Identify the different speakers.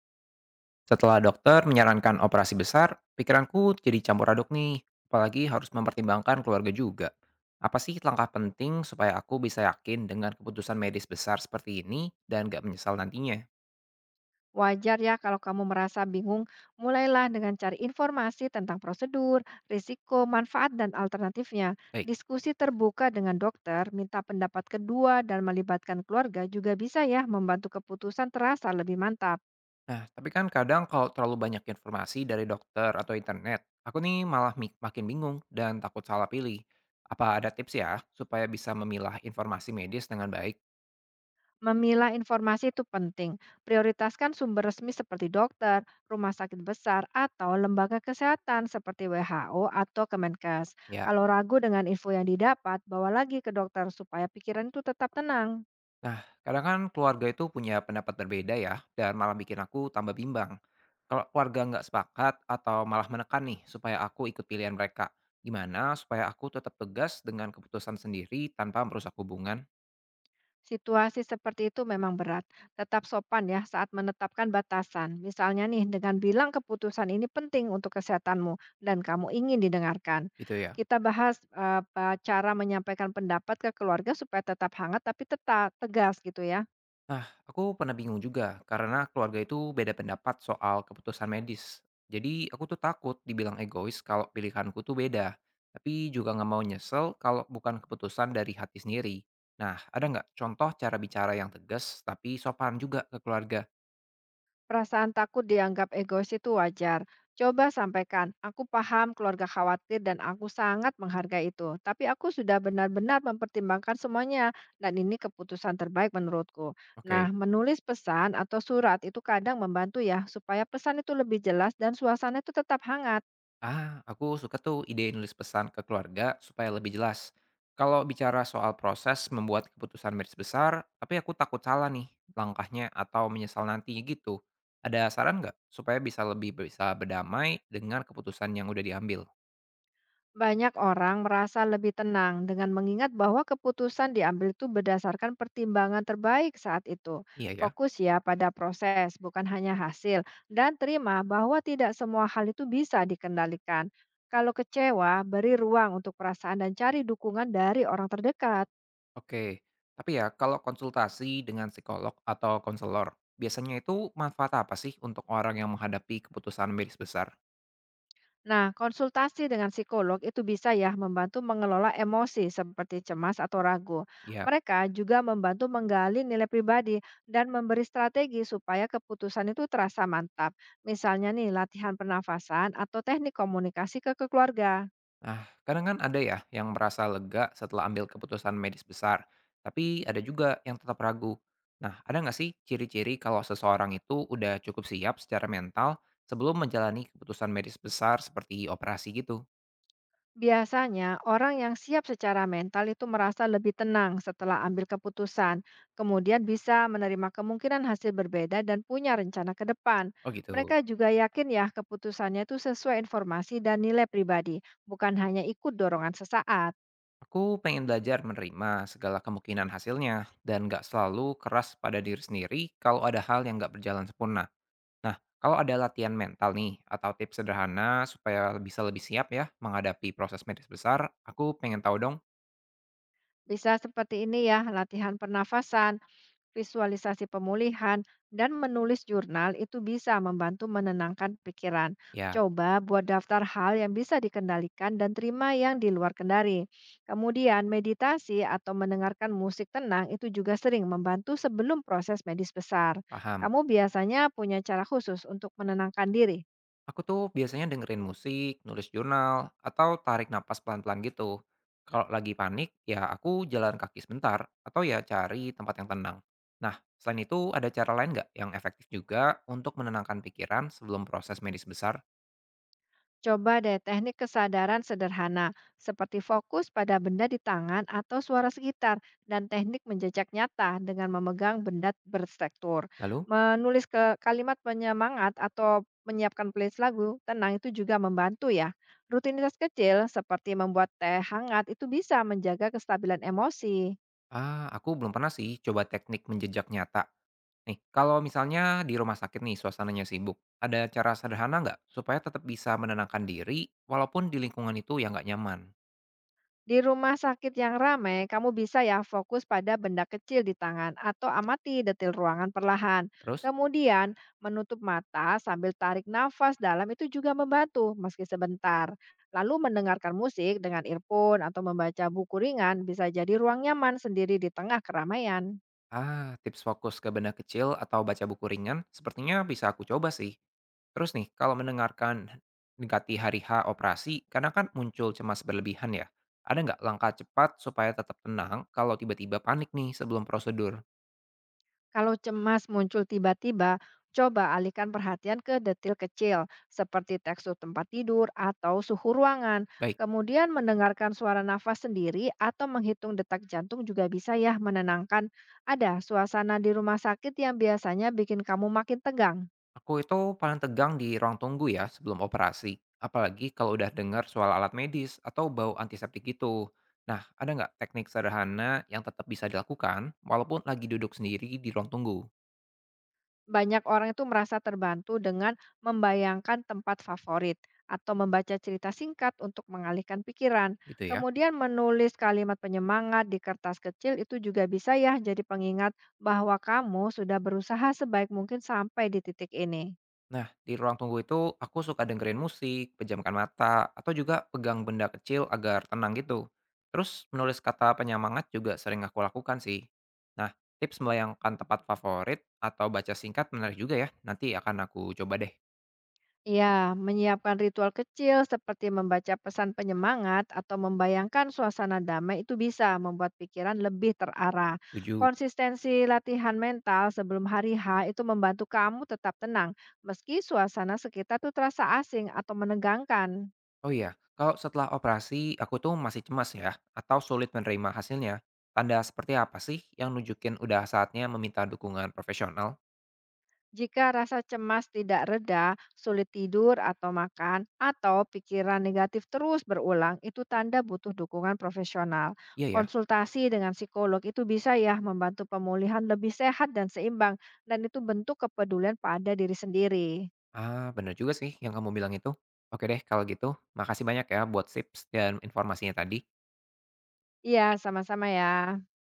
Speaker 1: Setelah dokter menyarankan operasi besar, pikiranku jadi campur aduk nih, apalagi harus mempertimbangkan keluarga juga. Apa sih langkah penting supaya aku bisa yakin dengan keputusan medis besar seperti ini dan gak menyesal nantinya?
Speaker 2: Wajar ya kalau kamu merasa bingung, mulailah dengan cari informasi tentang prosedur, risiko, manfaat, dan alternatifnya.
Speaker 1: Baik.
Speaker 2: Diskusi terbuka dengan dokter, minta pendapat kedua, dan melibatkan keluarga juga bisa ya membantu keputusan terasa lebih mantap.
Speaker 1: Nah, tapi kan kadang kalau terlalu banyak informasi dari dokter atau internet, aku nih malah makin bingung dan takut salah pilih. Apa ada tips ya supaya bisa memilah informasi medis dengan baik?
Speaker 2: Memilah informasi itu penting. Prioritaskan sumber resmi seperti dokter, rumah sakit besar, atau lembaga kesehatan seperti WHO atau Kemenkes.
Speaker 1: Ya.
Speaker 2: Kalau ragu dengan info yang didapat, bawa lagi ke dokter supaya pikiran itu tetap tenang.
Speaker 1: Nah, kadang kan keluarga itu punya pendapat berbeda ya, dan malah bikin aku tambah bimbang. Kalau keluarga nggak sepakat atau malah menekan nih supaya aku ikut pilihan mereka, gimana supaya aku tetap tegas dengan keputusan sendiri tanpa merusak hubungan
Speaker 2: Situasi seperti itu memang berat. Tetap sopan ya saat menetapkan batasan. Misalnya nih dengan bilang keputusan ini penting untuk kesehatanmu dan kamu ingin didengarkan.
Speaker 1: gitu ya?
Speaker 2: Kita bahas cara menyampaikan pendapat ke keluarga supaya tetap hangat tapi tetap tegas gitu ya.
Speaker 1: Nah, aku pernah bingung juga karena keluarga itu beda pendapat soal keputusan medis. Jadi aku tuh takut dibilang egois kalau pilihanku tuh beda. Tapi juga nggak mau nyesel kalau bukan keputusan dari hati sendiri. Nah, ada nggak contoh cara bicara yang tegas tapi sopan juga ke keluarga?
Speaker 2: Perasaan takut dianggap egois itu wajar. Coba sampaikan, aku paham keluarga khawatir dan aku sangat menghargai itu. Tapi aku sudah benar-benar mempertimbangkan semuanya dan ini keputusan terbaik menurutku. Nah,
Speaker 1: Oke.
Speaker 2: menulis pesan atau surat itu kadang membantu ya supaya pesan itu lebih jelas dan suasana itu tetap hangat.
Speaker 1: Ah, aku suka tuh ide nulis pesan ke keluarga supaya lebih jelas. Kalau bicara soal proses membuat keputusan garis besar, tapi aku takut salah nih langkahnya atau menyesal nanti gitu. Ada saran nggak supaya bisa lebih bisa berdamai dengan keputusan yang udah diambil?
Speaker 2: Banyak orang merasa lebih tenang dengan mengingat bahwa keputusan diambil itu berdasarkan pertimbangan terbaik saat itu.
Speaker 1: Iya ya.
Speaker 2: Fokus ya pada proses, bukan hanya hasil, dan terima bahwa tidak semua hal itu bisa dikendalikan. Kalau kecewa, beri ruang untuk perasaan dan cari dukungan dari orang terdekat.
Speaker 1: Oke. Tapi ya kalau konsultasi dengan psikolog atau konselor, biasanya itu manfaat apa sih untuk orang yang menghadapi keputusan garis besar?
Speaker 2: Nah, konsultasi dengan psikolog itu bisa ya membantu mengelola emosi seperti cemas atau ragu.
Speaker 1: Ya.
Speaker 2: Mereka juga membantu menggali nilai pribadi dan memberi strategi supaya keputusan itu terasa mantap. Misalnya nih, latihan pernafasan atau teknik komunikasi ke keluarga.
Speaker 1: Nah, kadang kan ada ya yang merasa lega setelah ambil keputusan medis besar, tapi ada juga yang tetap ragu. Nah, ada nggak sih ciri-ciri kalau seseorang itu udah cukup siap secara mental sebelum menjalani keputusan medis besar seperti operasi gitu?
Speaker 2: Biasanya, orang yang siap secara mental itu merasa lebih tenang setelah ambil keputusan, kemudian bisa menerima kemungkinan hasil berbeda dan punya rencana ke depan.
Speaker 1: Oh
Speaker 2: Mereka
Speaker 1: gitu.
Speaker 2: juga yakin ya keputusannya itu sesuai informasi dan nilai pribadi, bukan hanya ikut dorongan sesaat.
Speaker 1: Aku pengen belajar menerima segala kemungkinan hasilnya dan nggak selalu keras pada diri sendiri kalau ada hal yang nggak berjalan sempurna. Nah, kalau ada latihan mental nih atau tips sederhana supaya bisa lebih siap ya menghadapi proses medis besar, aku pengen tahu dong.
Speaker 2: Bisa seperti ini ya, latihan pernafasan. Visualisasi pemulihan, dan menulis jurnal itu bisa membantu menenangkan pikiran.
Speaker 1: Ya,
Speaker 2: Coba buat daftar hal yang bisa dikendalikan dan terima yang di luar kendali. Kemudian, meditasi atau mendengarkan musik tenang itu juga sering membantu sebelum proses medis besar.
Speaker 1: paham.
Speaker 2: Kamu biasanya punya cara khusus untuk menenangkan diri.
Speaker 1: Aku tuh biasanya dengerin musik, nulis jurnal, atau tarik napas pelan-pelan gitu. Kalau lagi panik, ya aku jalan kaki sebentar, atau ya cari tempat yang tenang. Nah, selain itu ada cara lain nggak yang efektif juga untuk menenangkan pikiran sebelum proses medis besar?
Speaker 2: Coba deh teknik kesadaran sederhana, seperti fokus pada benda di tangan atau suara sekitar, dan teknik menjejak nyata dengan memegang benda berstruktur.
Speaker 1: Lalu,
Speaker 2: Menulis ke kalimat penyemangat atau menyiapkan playlist lagu tenang itu juga membantu ya. Rutinitas kecil seperti membuat teh hangat itu bisa menjaga kestabilan emosi.
Speaker 1: ah, aku belum pernah sih coba teknik menjejak nyata. Nih, kalau misalnya di rumah sakit nih suasananya sibuk, ada cara sederhana nggak supaya tetap bisa menenangkan diri walaupun di lingkungan itu yang nggak nyaman?
Speaker 2: Di rumah sakit yang ramai, kamu bisa ya fokus pada benda kecil di tangan atau amati detail ruangan perlahan.
Speaker 1: Terus,
Speaker 2: Kemudian, menutup mata sambil tarik nafas dalam itu juga membantu, meski sebentar. Lalu mendengarkan musik dengan earphone atau membaca buku ringan bisa jadi ruang nyaman sendiri di tengah keramaian.
Speaker 1: ah, tips fokus ke benda kecil atau baca buku ringan sepertinya bisa aku coba sih. Terus nih, kalau mendengarkan dekati hari H operasi, karena kan muncul cemas berlebihan ya. Ada nggak langkah cepat supaya tetap tenang kalau tiba-tiba panik nih sebelum prosedur?
Speaker 2: Kalau cemas muncul tiba-tiba, coba alihkan perhatian ke detil kecil, seperti tekstur tempat tidur atau suhu ruangan.
Speaker 1: Baik,
Speaker 2: Kemudian mendengarkan suara nafas sendiri atau menghitung detak jantung juga bisa ya menenangkan. Ada suasana di rumah sakit yang biasanya bikin kamu makin tegang.
Speaker 1: aku itu paling tegang di ruang tunggu ya sebelum operasi. Apalagi kalau udah dengar soal alat medis atau bau antiseptik gitu. Nah, ada nggak teknik sederhana yang tetap bisa dilakukan walaupun lagi duduk sendiri di ruang tunggu?
Speaker 2: Banyak orang itu merasa terbantu dengan membayangkan tempat favorit atau membaca cerita singkat untuk mengalihkan pikiran.
Speaker 1: Gitu ya.
Speaker 2: Kemudian menulis kalimat penyemangat di kertas kecil itu juga bisa ya jadi pengingat bahwa kamu sudah berusaha sebaik mungkin sampai di titik ini.
Speaker 1: Nah, di ruang tunggu itu aku suka dengerin musik, pejamkan mata, atau juga pegang benda kecil agar tenang gitu. Terus menulis kata penyemangat juga sering aku lakukan sih. Nah, tips melayangkan tempat favorit atau baca singkat menarik juga ya. Nanti akan aku coba deh.
Speaker 2: Ya, menyiapkan ritual kecil seperti membaca pesan penyemangat atau membayangkan suasana damai itu bisa membuat pikiran lebih terarah.
Speaker 1: Tujuh.
Speaker 2: Konsistensi latihan mental sebelum hari H itu membantu kamu tetap tenang, meski suasana sekitar tuh terasa asing atau menegangkan.
Speaker 1: Oh iya, kalau setelah operasi aku tuh masih cemas ya, atau sulit menerima hasilnya. Tanda seperti apa sih yang nunjukin udah saatnya meminta dukungan profesional?
Speaker 2: Jika rasa cemas tidak reda, sulit tidur atau makan, atau pikiran negatif terus berulang, itu tanda butuh dukungan profesional.
Speaker 1: Iya ya.
Speaker 2: Konsultasi dengan psikolog itu bisa ya membantu pemulihan lebih sehat dan seimbang, dan itu bentuk kepedulian pada diri sendiri.
Speaker 1: Ah, bener juga sih yang kamu bilang itu. Oke deh kalau gitu, makasih banyak ya buat tips dan informasinya tadi.
Speaker 2: Iya, sama-sama ya.